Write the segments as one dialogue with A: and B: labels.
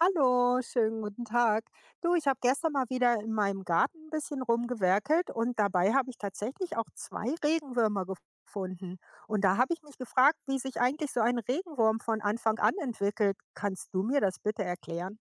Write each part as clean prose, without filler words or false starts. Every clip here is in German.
A: Hallo, schönen guten Tag. Du, ich habe gestern mal wieder in meinem Garten ein bisschen rumgewerkelt und dabei habe ich tatsächlich auch zwei Regenwürmer gefunden. Und da habe ich mich gefragt, wie sich eigentlich so ein Regenwurm von Anfang an entwickelt. Kannst du mir das bitte erklären?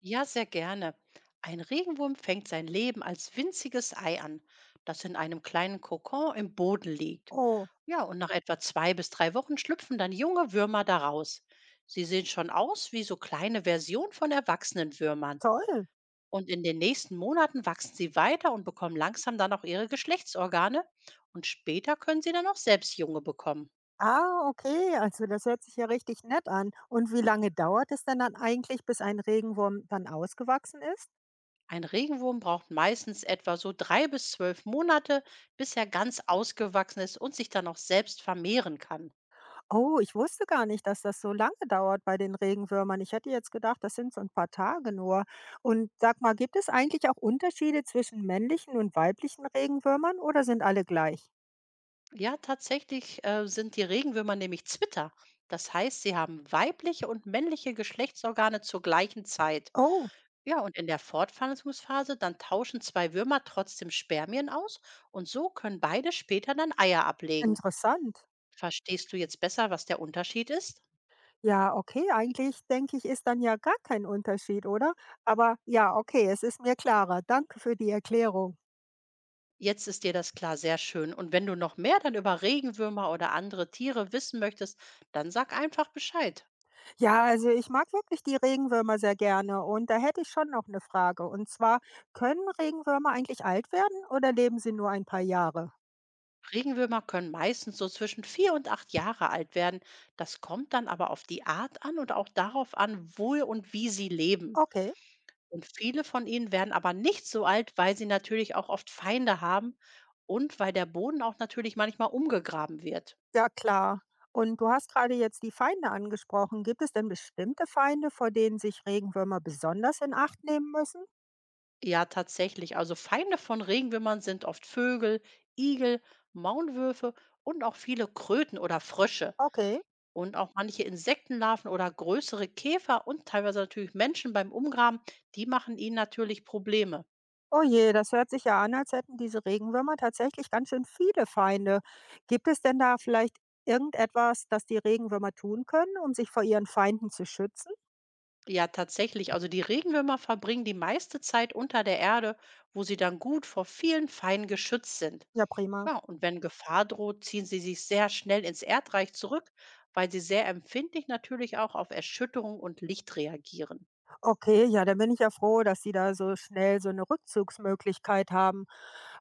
B: Ja, sehr gerne. Ein Regenwurm fängt sein Leben als winziges Ei an, das in einem kleinen Kokon im Boden liegt.
A: Oh,
B: Ja, und nach etwa 2 bis 3 Wochen schlüpfen dann junge Würmer daraus. Sie sehen schon aus wie so kleine Versionen von erwachsenen Würmern.
A: toll.
B: Und in den nächsten Monaten wachsen sie weiter und bekommen langsam dann auch ihre Geschlechtsorgane. Und später können sie dann auch selbst Junge bekommen.
A: Ah, okay, also das hört sich ja richtig nett an. Und wie lange dauert es denn dann eigentlich, bis ein Regenwurm dann ausgewachsen ist?
B: Ein Regenwurm braucht meistens etwa so 3 bis 12 Monate, bis er ganz ausgewachsen ist und sich dann auch selbst vermehren kann.
A: Oh, ich wusste gar nicht, dass das so lange dauert bei den Regenwürmern. Ich hätte jetzt gedacht, das sind so ein paar Tage nur. Und sag mal, gibt es eigentlich auch Unterschiede zwischen männlichen und weiblichen Regenwürmern oder sind alle gleich?
B: Ja, tatsächlich sind die Regenwürmer nämlich Zwitter. Das heißt, sie haben weibliche und männliche Geschlechtsorgane zur gleichen Zeit.
A: Oh,
B: Ja, und in der Fortpflanzungsphase dann tauschen zwei Würmer trotzdem Spermien aus und so können beide später dann Eier ablegen.
A: interessant.
B: Verstehst du jetzt besser, was der Unterschied ist?
A: Ja, okay, eigentlich denke ich, ist dann ja gar kein Unterschied, oder? Aber ja, okay, es ist mir klarer. Danke für die Erklärung.
B: Jetzt ist dir das klar, sehr schön. Und wenn du noch mehr dann über Regenwürmer oder andere Tiere wissen möchtest, dann sag einfach Bescheid.
A: Ja, also ich mag wirklich die Regenwürmer sehr gerne und da hätte ich schon noch eine Frage. Und zwar, können Regenwürmer eigentlich alt werden oder leben sie nur ein paar Jahre?
B: Regenwürmer können meistens so zwischen 4 und 8 Jahre alt werden. Das kommt dann aber auf die Art an und auch darauf an, wo und wie sie leben.
A: Okay,
B: Und viele von ihnen werden aber nicht so alt, weil sie natürlich auch oft Feinde haben und weil der Boden auch natürlich manchmal umgegraben wird.
A: ja klar. Und du hast gerade jetzt die Feinde angesprochen. Gibt es denn bestimmte Feinde, vor denen sich Regenwürmer besonders in Acht nehmen müssen?
B: Ja, tatsächlich. Also Feinde von Regenwürmern sind oft Vögel, Igel, Maulwürfe und auch viele Kröten oder Frösche.
A: Okay.
B: Und auch manche Insektenlarven oder größere Käfer und teilweise natürlich Menschen beim Umgraben, die machen ihnen natürlich Probleme.
A: Oh je, das hört sich ja an, als hätten diese Regenwürmer tatsächlich ganz schön viele Feinde. Gibt es denn da vielleicht irgendetwas, das die Regenwürmer tun können, um sich vor ihren Feinden zu schützen?
B: Ja, tatsächlich. Also die Regenwürmer verbringen die meiste Zeit unter der Erde, wo sie dann gut vor vielen Feinden geschützt sind.
A: Ja, prima.
B: Ja, und wenn Gefahr droht, ziehen sie sich sehr schnell ins Erdreich zurück, weil sie sehr empfindlich natürlich auch auf Erschütterung und Licht reagieren.
A: Okay, ja, dann bin ich ja froh, dass Sie da so schnell so eine Rückzugsmöglichkeit haben.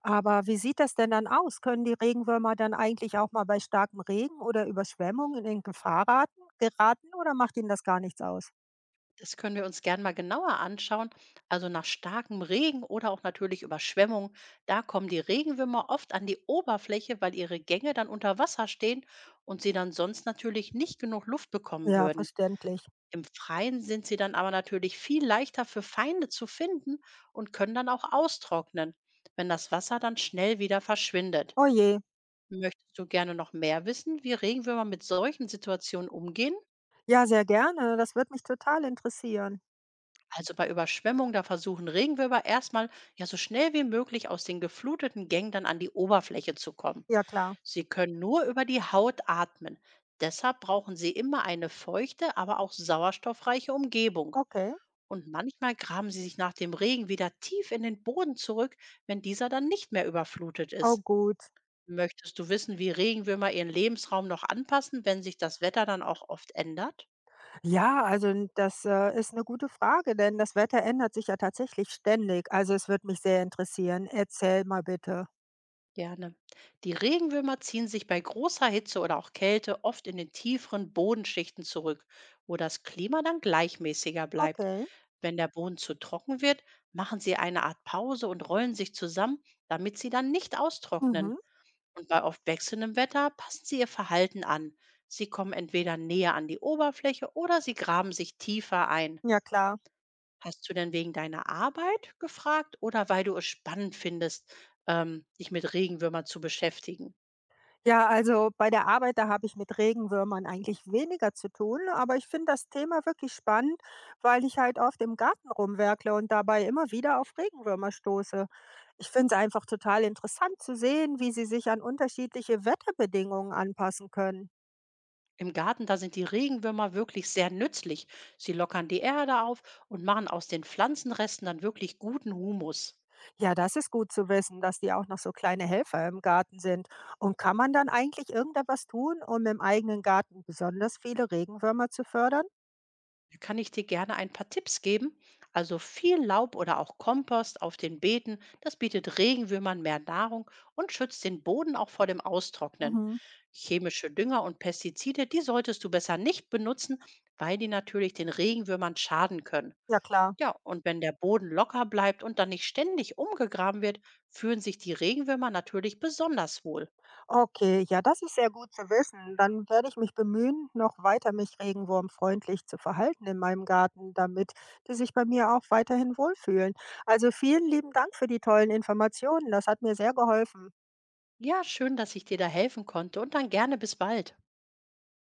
A: Aber wie sieht das denn dann aus? Können die Regenwürmer dann eigentlich auch mal bei starkem Regen oder Überschwemmungen in Gefahr raten geraten oder macht Ihnen das gar nichts aus?
B: Das können wir uns gern mal genauer anschauen. Also nach starkem Regen oder auch natürlich Überschwemmung, da kommen die Regenwürmer oft an die Oberfläche, weil ihre Gänge dann unter Wasser stehen und sie dann sonst natürlich nicht genug Luft bekommen
A: Ja,
B: würden.
A: verständlich.
B: Im Freien sind sie dann aber natürlich viel leichter für Feinde zu finden und können dann auch austrocknen, wenn das Wasser dann schnell wieder verschwindet.
A: Oh je.
B: Möchtest du gerne noch mehr wissen, wie Regenwürmer mit solchen Situationen umgehen?
A: Ja, sehr gerne. Das wird mich total interessieren.
B: Also bei Überschwemmung, da versuchen Regenwürmer erstmal ja so schnell wie möglich aus den gefluteten Gängen dann an die Oberfläche zu kommen.
A: Ja klar.
B: Sie können nur über die Haut atmen. Deshalb brauchen sie immer eine feuchte, aber auch sauerstoffreiche Umgebung.
A: Okay.
B: Und manchmal graben sie sich nach dem Regen wieder tief in den Boden zurück, wenn dieser dann nicht mehr überflutet
A: Oh
B: ist.
A: gut.
B: Möchtest du wissen, wie Regenwürmer ihren Lebensraum noch anpassen, wenn sich das Wetter dann auch oft ändert?
A: Ja, also n das, ist eine gute Frage, denn das Wetter ändert sich ja tatsächlich ständig. Also, es wird mich sehr interessieren. Erzähl mal bitte.
B: Gerne. Die Regenwürmer ziehen sich bei großer Hitze oder auch Kälte oft in den tieferen Bodenschichten zurück, wo das Klima dann gleichmäßiger bleibt.
A: Okay.
B: Wenn der Boden zu trocken wird, machen sie eine Art Pause und rollen sich zusammen, damit sie dann nicht austrocknen.
A: Mhm.
B: Und bei oft wechselndem Wetter passen sie ihr Verhalten an. Sie kommen entweder näher an die Oberfläche oder sie graben sich tiefer ein.
A: Ja klar.
B: Hast du denn wegen deiner Arbeit gefragt oder weil du es spannend findest, dich mit Regenwürmern zu beschäftigen?
A: Ja, also bei der Arbeit, da habe ich mit Regenwürmern eigentlich weniger zu tun, aber ich finde das Thema wirklich spannend, weil ich halt oft im Garten rumwerkle und dabei immer wieder auf Regenwürmer stoße. Ich finde es einfach total interessant zu sehen, wie sie sich an unterschiedliche Wetterbedingungen anpassen können.
B: Im Garten, da sind die Regenwürmer wirklich sehr nützlich. Sie lockern die Erde auf und machen aus den Pflanzenresten dann wirklich guten Humus.
A: Ja, das ist gut zu wissen, dass die auch noch so kleine Helfer im Garten sind. Und kann man dann eigentlich irgendetwas tun, um im eigenen Garten besonders viele Regenwürmer zu fördern?
B: Da kann ich dir gerne ein paar Tipps geben. Also viel Laub oder auch Kompost auf den Beeten, das bietet Regenwürmern mehr Nahrung und schützt den Boden auch vor dem Austrocknen.
A: Mhm.
B: Chemische Dünger und Pestizide, die solltest du besser nicht benutzen, weil die natürlich den Regenwürmern schaden können.
A: Ja klar.
B: Ja, und wenn der Boden locker bleibt und dann nicht ständig umgegraben wird, fühlen sich die Regenwürmer natürlich besonders wohl.
A: Okay, ja, das ist sehr gut zu wissen. Dann werde ich mich bemühen, noch weiter mich regenwurmfreundlich zu verhalten in meinem Garten, damit die sich bei mir auch weiterhin wohlfühlen. Also vielen lieben Dank für die tollen Informationen. Das hat mir sehr geholfen.
B: Ja, schön, dass ich dir da helfen konnte und dann gerne bis bald.